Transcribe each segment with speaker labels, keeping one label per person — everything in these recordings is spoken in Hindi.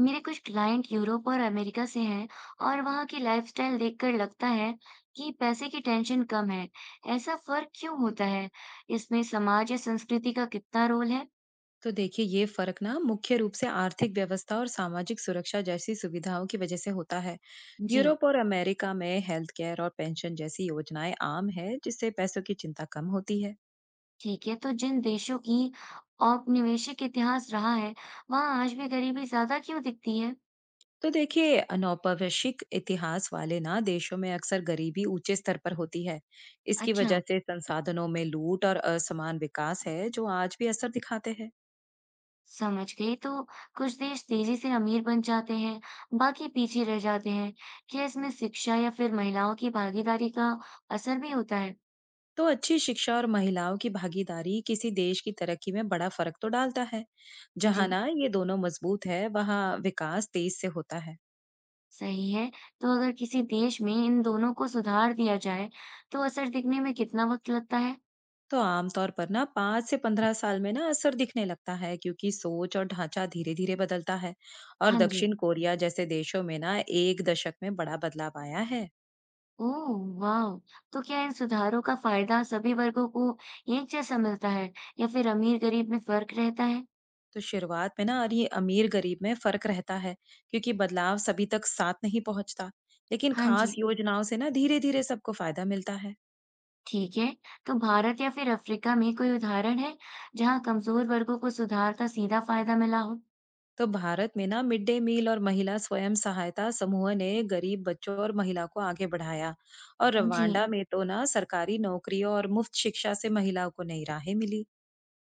Speaker 1: मेरे कुछ क्लाइंट यूरोप और अमेरिका से हैं और वहाँ की लाइफस्टाइल देखकर लगता है कि पैसे की टेंशन कम है। ऐसा फर्क क्यों होता है? इसमें समाज या संस्कृति का कितना रोल है?
Speaker 2: तो देखिए ये फर्क ना मुख्य रूप से आर्थिक व्यवस्था और सामाजिक सुरक्षा जैसी सुविधाओं की वजह से होता है।
Speaker 1: जी,
Speaker 2: यूरोप और अमेरिका में हेल्थ केयर और पेंशन जैसी योजनाएं आम है, जिससे पैसों की चिंता कम होती है।
Speaker 1: ठीक है। तो जिन देशों की औपनिवेशिक इतिहास रहा है, वहाँ आज भी गरीबी ज्यादा क्यों दिखती है?
Speaker 2: तो देखिए, अनौपवेशिक इतिहास वाले ना देशों में अक्सर गरीबी ऊंचे स्तर पर होती है। इसकी
Speaker 1: अच्छा,
Speaker 2: वजह से संसाधनों में लूट और असमान विकास है, जो आज भी असर दिखाते हैं।
Speaker 1: समझ गई। तो कुछ देश तेजी से अमीर बन जाते हैं, बाकी पीछे रह जाते हैं। क्या इसमें शिक्षा या फिर महिलाओं की भागीदारी का असर भी होता है?
Speaker 2: तो अच्छी शिक्षा और महिलाओं की भागीदारी किसी देश की तरक्की में बड़ा फर्क तो डालता है।
Speaker 1: जी,
Speaker 2: जहां ना ये दोनों मजबूत है, वहां विकास तेज से होता है।
Speaker 1: सही है। तो अगर किसी देश में इन दोनों को सुधार दिया जाए, तो असर दिखने में कितना वक़्त लगता है?
Speaker 2: तो आमतौर पर ना 5 से 15 साल में ना असर दिखने लगता है, क्योंकि सोच और ढांचा धीरे धीरे बदलता है। और
Speaker 1: हाँ जी।
Speaker 2: दक्षिण कोरिया जैसे देशों में ना एक दशक में बड़ा बदलाव आया है।
Speaker 1: ओह वाव! तो क्या इन सुधारों का फ़ायदा सभी वर्गों को एक जैसा मिलता है या फिर अमीर-गरीब में फ़र्क रहता है?
Speaker 2: तो शुरुआत में ना और ये अमीर गरीब में फर्क रहता है, क्योंकि बदलाव सभी तक साथ नहीं पहुंचता। लेकिन
Speaker 1: हाँ
Speaker 2: खास
Speaker 1: जी।
Speaker 2: योजनाओं से ना धीरे धीरे सबको फायदा मिलता है।
Speaker 1: ठीक है। तो भारत या फिर अफ़्रीका में कोई उदाहरण है, जहाँ कमज़ोर वर्गों को सुधार का सीधा फ़ायदा मिला हो?
Speaker 2: तो भारत में ना मिड डे मील और महिला स्वयं सहायता समूह ने गरीब बच्चों और महिला को आगे बढ़ाया। और
Speaker 1: जी।
Speaker 2: रवांडा में तो ना सरकारी नौकरियों और मुफ्त शिक्षा से महिलाओं को नई राहें मिली।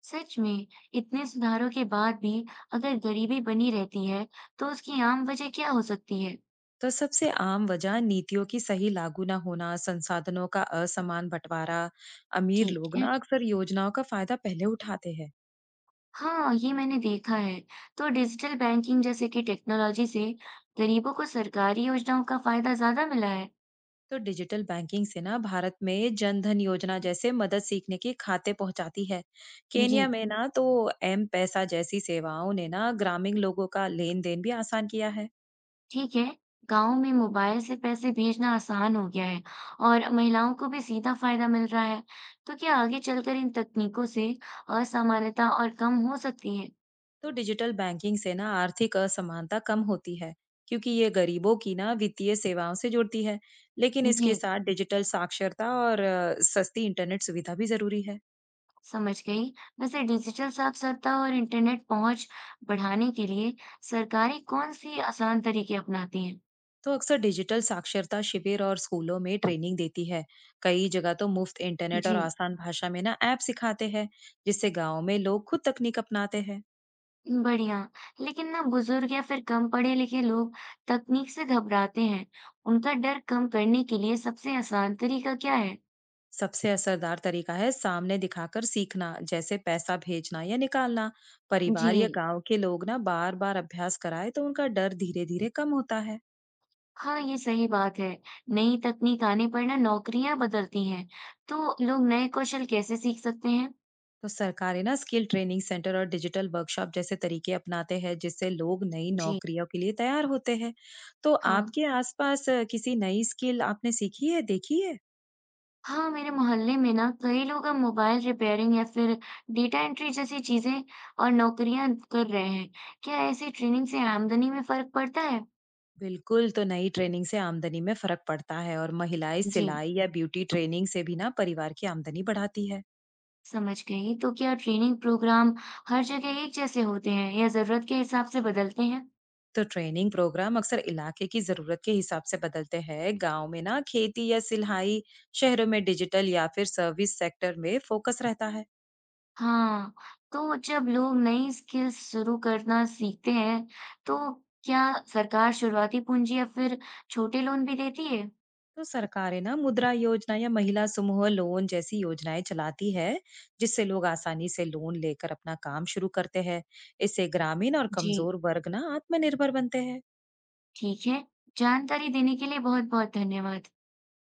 Speaker 1: सच में, इतने सुधारों के बाद भी अगर गरीबी बनी रहती है, तो उसकी आम वजह क्या हो सकती है?
Speaker 2: तो सबसे आम वजह नीतियों की सही लागू ना होना, संसाधनों का असमान बंटवारा। अमीर
Speaker 1: ठीक
Speaker 2: लोग
Speaker 1: है।
Speaker 2: ना अक्सर योजनाओं का फायदा पहले उठाते हैं।
Speaker 1: हाँ, ये मैंने देखा है। तो डिजिटल बैंकिंग जैसे कि टेक्नोलॉजी से गरीबों को सरकारी योजनाओं का फायदा ज़्यादा मिला है।
Speaker 2: तो डिजिटल बैंकिंग से ना भारत में जन धन योजना जैसे मदद सीखने की खाते पहुंचाती है।
Speaker 1: जी,
Speaker 2: केनिया में ना तो एम पैसा जैसी सेवाओं ने ना ग्रामीण लोगों का लेन देन भी आसान किया है।
Speaker 1: ठीक है। गाँव में मोबाइल से पैसे भेजना आसान हो गया है और महिलाओं को भी सीधा फायदा मिल रहा है। तो क्या आगे चलकर इन तकनीकों से असमानता और कम हो सकती है?
Speaker 2: तो डिजिटल बैंकिंग से ना आर्थिक असमानता कम होती है, क्योंकि ये गरीबों की ना वित्तीय सेवाओं से जुड़ती है। लेकिन
Speaker 1: जी,
Speaker 2: इसके साथ डिजिटल साक्षरता और सस्ती इंटरनेट सुविधा भी जरूरी है।
Speaker 1: समझ गई। वैसे डिजिटल साक्षरता और इंटरनेट पहुंच बढ़ाने के लिए सरकारें कौन सी आसान तरीके अपनाती हैं?
Speaker 2: तो अक्सर डिजिटल साक्षरता शिविर और स्कूलों में ट्रेनिंग देती है। कई जगह तो मुफ्त इंटरनेट और
Speaker 1: जी।
Speaker 2: आसान भाषा में ना ऐप सिखाते हैं, जिससे गांव में लोग खुद तकनीक अपनाते हैं।
Speaker 1: बढ़िया, लेकिन ना बुजुर्ग या फिर कम पढ़े लिखे लोग तकनीक से घबराते हैं। उनका डर कम करने के लिए सबसे आसान तरीका क्या है?
Speaker 2: सबसे असरदार तरीका है सामने दिखाकर सीखना, जैसे पैसा भेजना या निकालना।
Speaker 1: जी।
Speaker 2: परिवार या गांव के लोग ना बार बार अभ्यास कराए, तो उनका डर धीरे धीरे कम होता है।
Speaker 1: हाँ, ये सही बात है। नई तकनीक आने पर ना नौकरियां बदलती हैं, तो लोग नए कौशल कैसे सीख सकते हैं?
Speaker 2: तो सरकारें ना स्किल ट्रेनिंग सेंटर और डिजिटल वर्कशॉप जैसे तरीके अपनाते हैं, जिससे लोग नई
Speaker 1: जी।
Speaker 2: नौकरियों के लिए तैयार होते हैं। तो
Speaker 1: हाँ
Speaker 2: आपके आसपास किसी नई स्किल आपने सीखी है, देखी है?
Speaker 1: हाँ मेरे मोहल्ले में ना कई लोग अब मोबाइल रिपेयरिंग या फिर डेटा एंट्री जैसी चीजें और नौकरियां कर रहे हैं। क्या ऐसी ट्रेनिंग से आमदनी में फर्क पड़ता है?
Speaker 2: बिल्कुल। तो नई ट्रेनिंग से आमदनी में फर्क पड़ता है, और महिलाएं
Speaker 1: जी,
Speaker 2: सिलाई या ब्यूटी ट्रेनिंग से भी ना परिवार की आमदनी बढ़ाती है।
Speaker 1: समझ गई। तो क्या ट्रेनिंग प्रोग्राम हर जगह एक जैसे होते हैं या ज़रूरत के हिसाब से बदलते हैं?
Speaker 2: तो ट्रेनिंग प्रोग्राम अक्सर इलाके की जरूरत के हिसाब से बदलते हैं। गांव में ना खेती या सिलाई, शहरों में डिजिटल या फिर सर्विस सेक्टर में फोकस रहता है।
Speaker 1: हाँ, तो जब लोग नई स्किल्स शुरू करना सीखते हैं, तो क्या सरकार शुरुआती पूंजी या फिर छोटे लोन भी देती है?
Speaker 2: तो सरकारें ना मुद्रा योजना या महिला समूह लोन जैसी योजनाएं चलाती है, जिससे लोग आसानी से लोन लेकर अपना काम शुरू करते हैं। इससे ग्रामीण और
Speaker 1: जी,
Speaker 2: कमजोर वर्ग ना आत्मनिर्भर बनते हैं।
Speaker 1: ठीक है, जानकारी देने के लिए बहुत-बहुत धन्यवाद।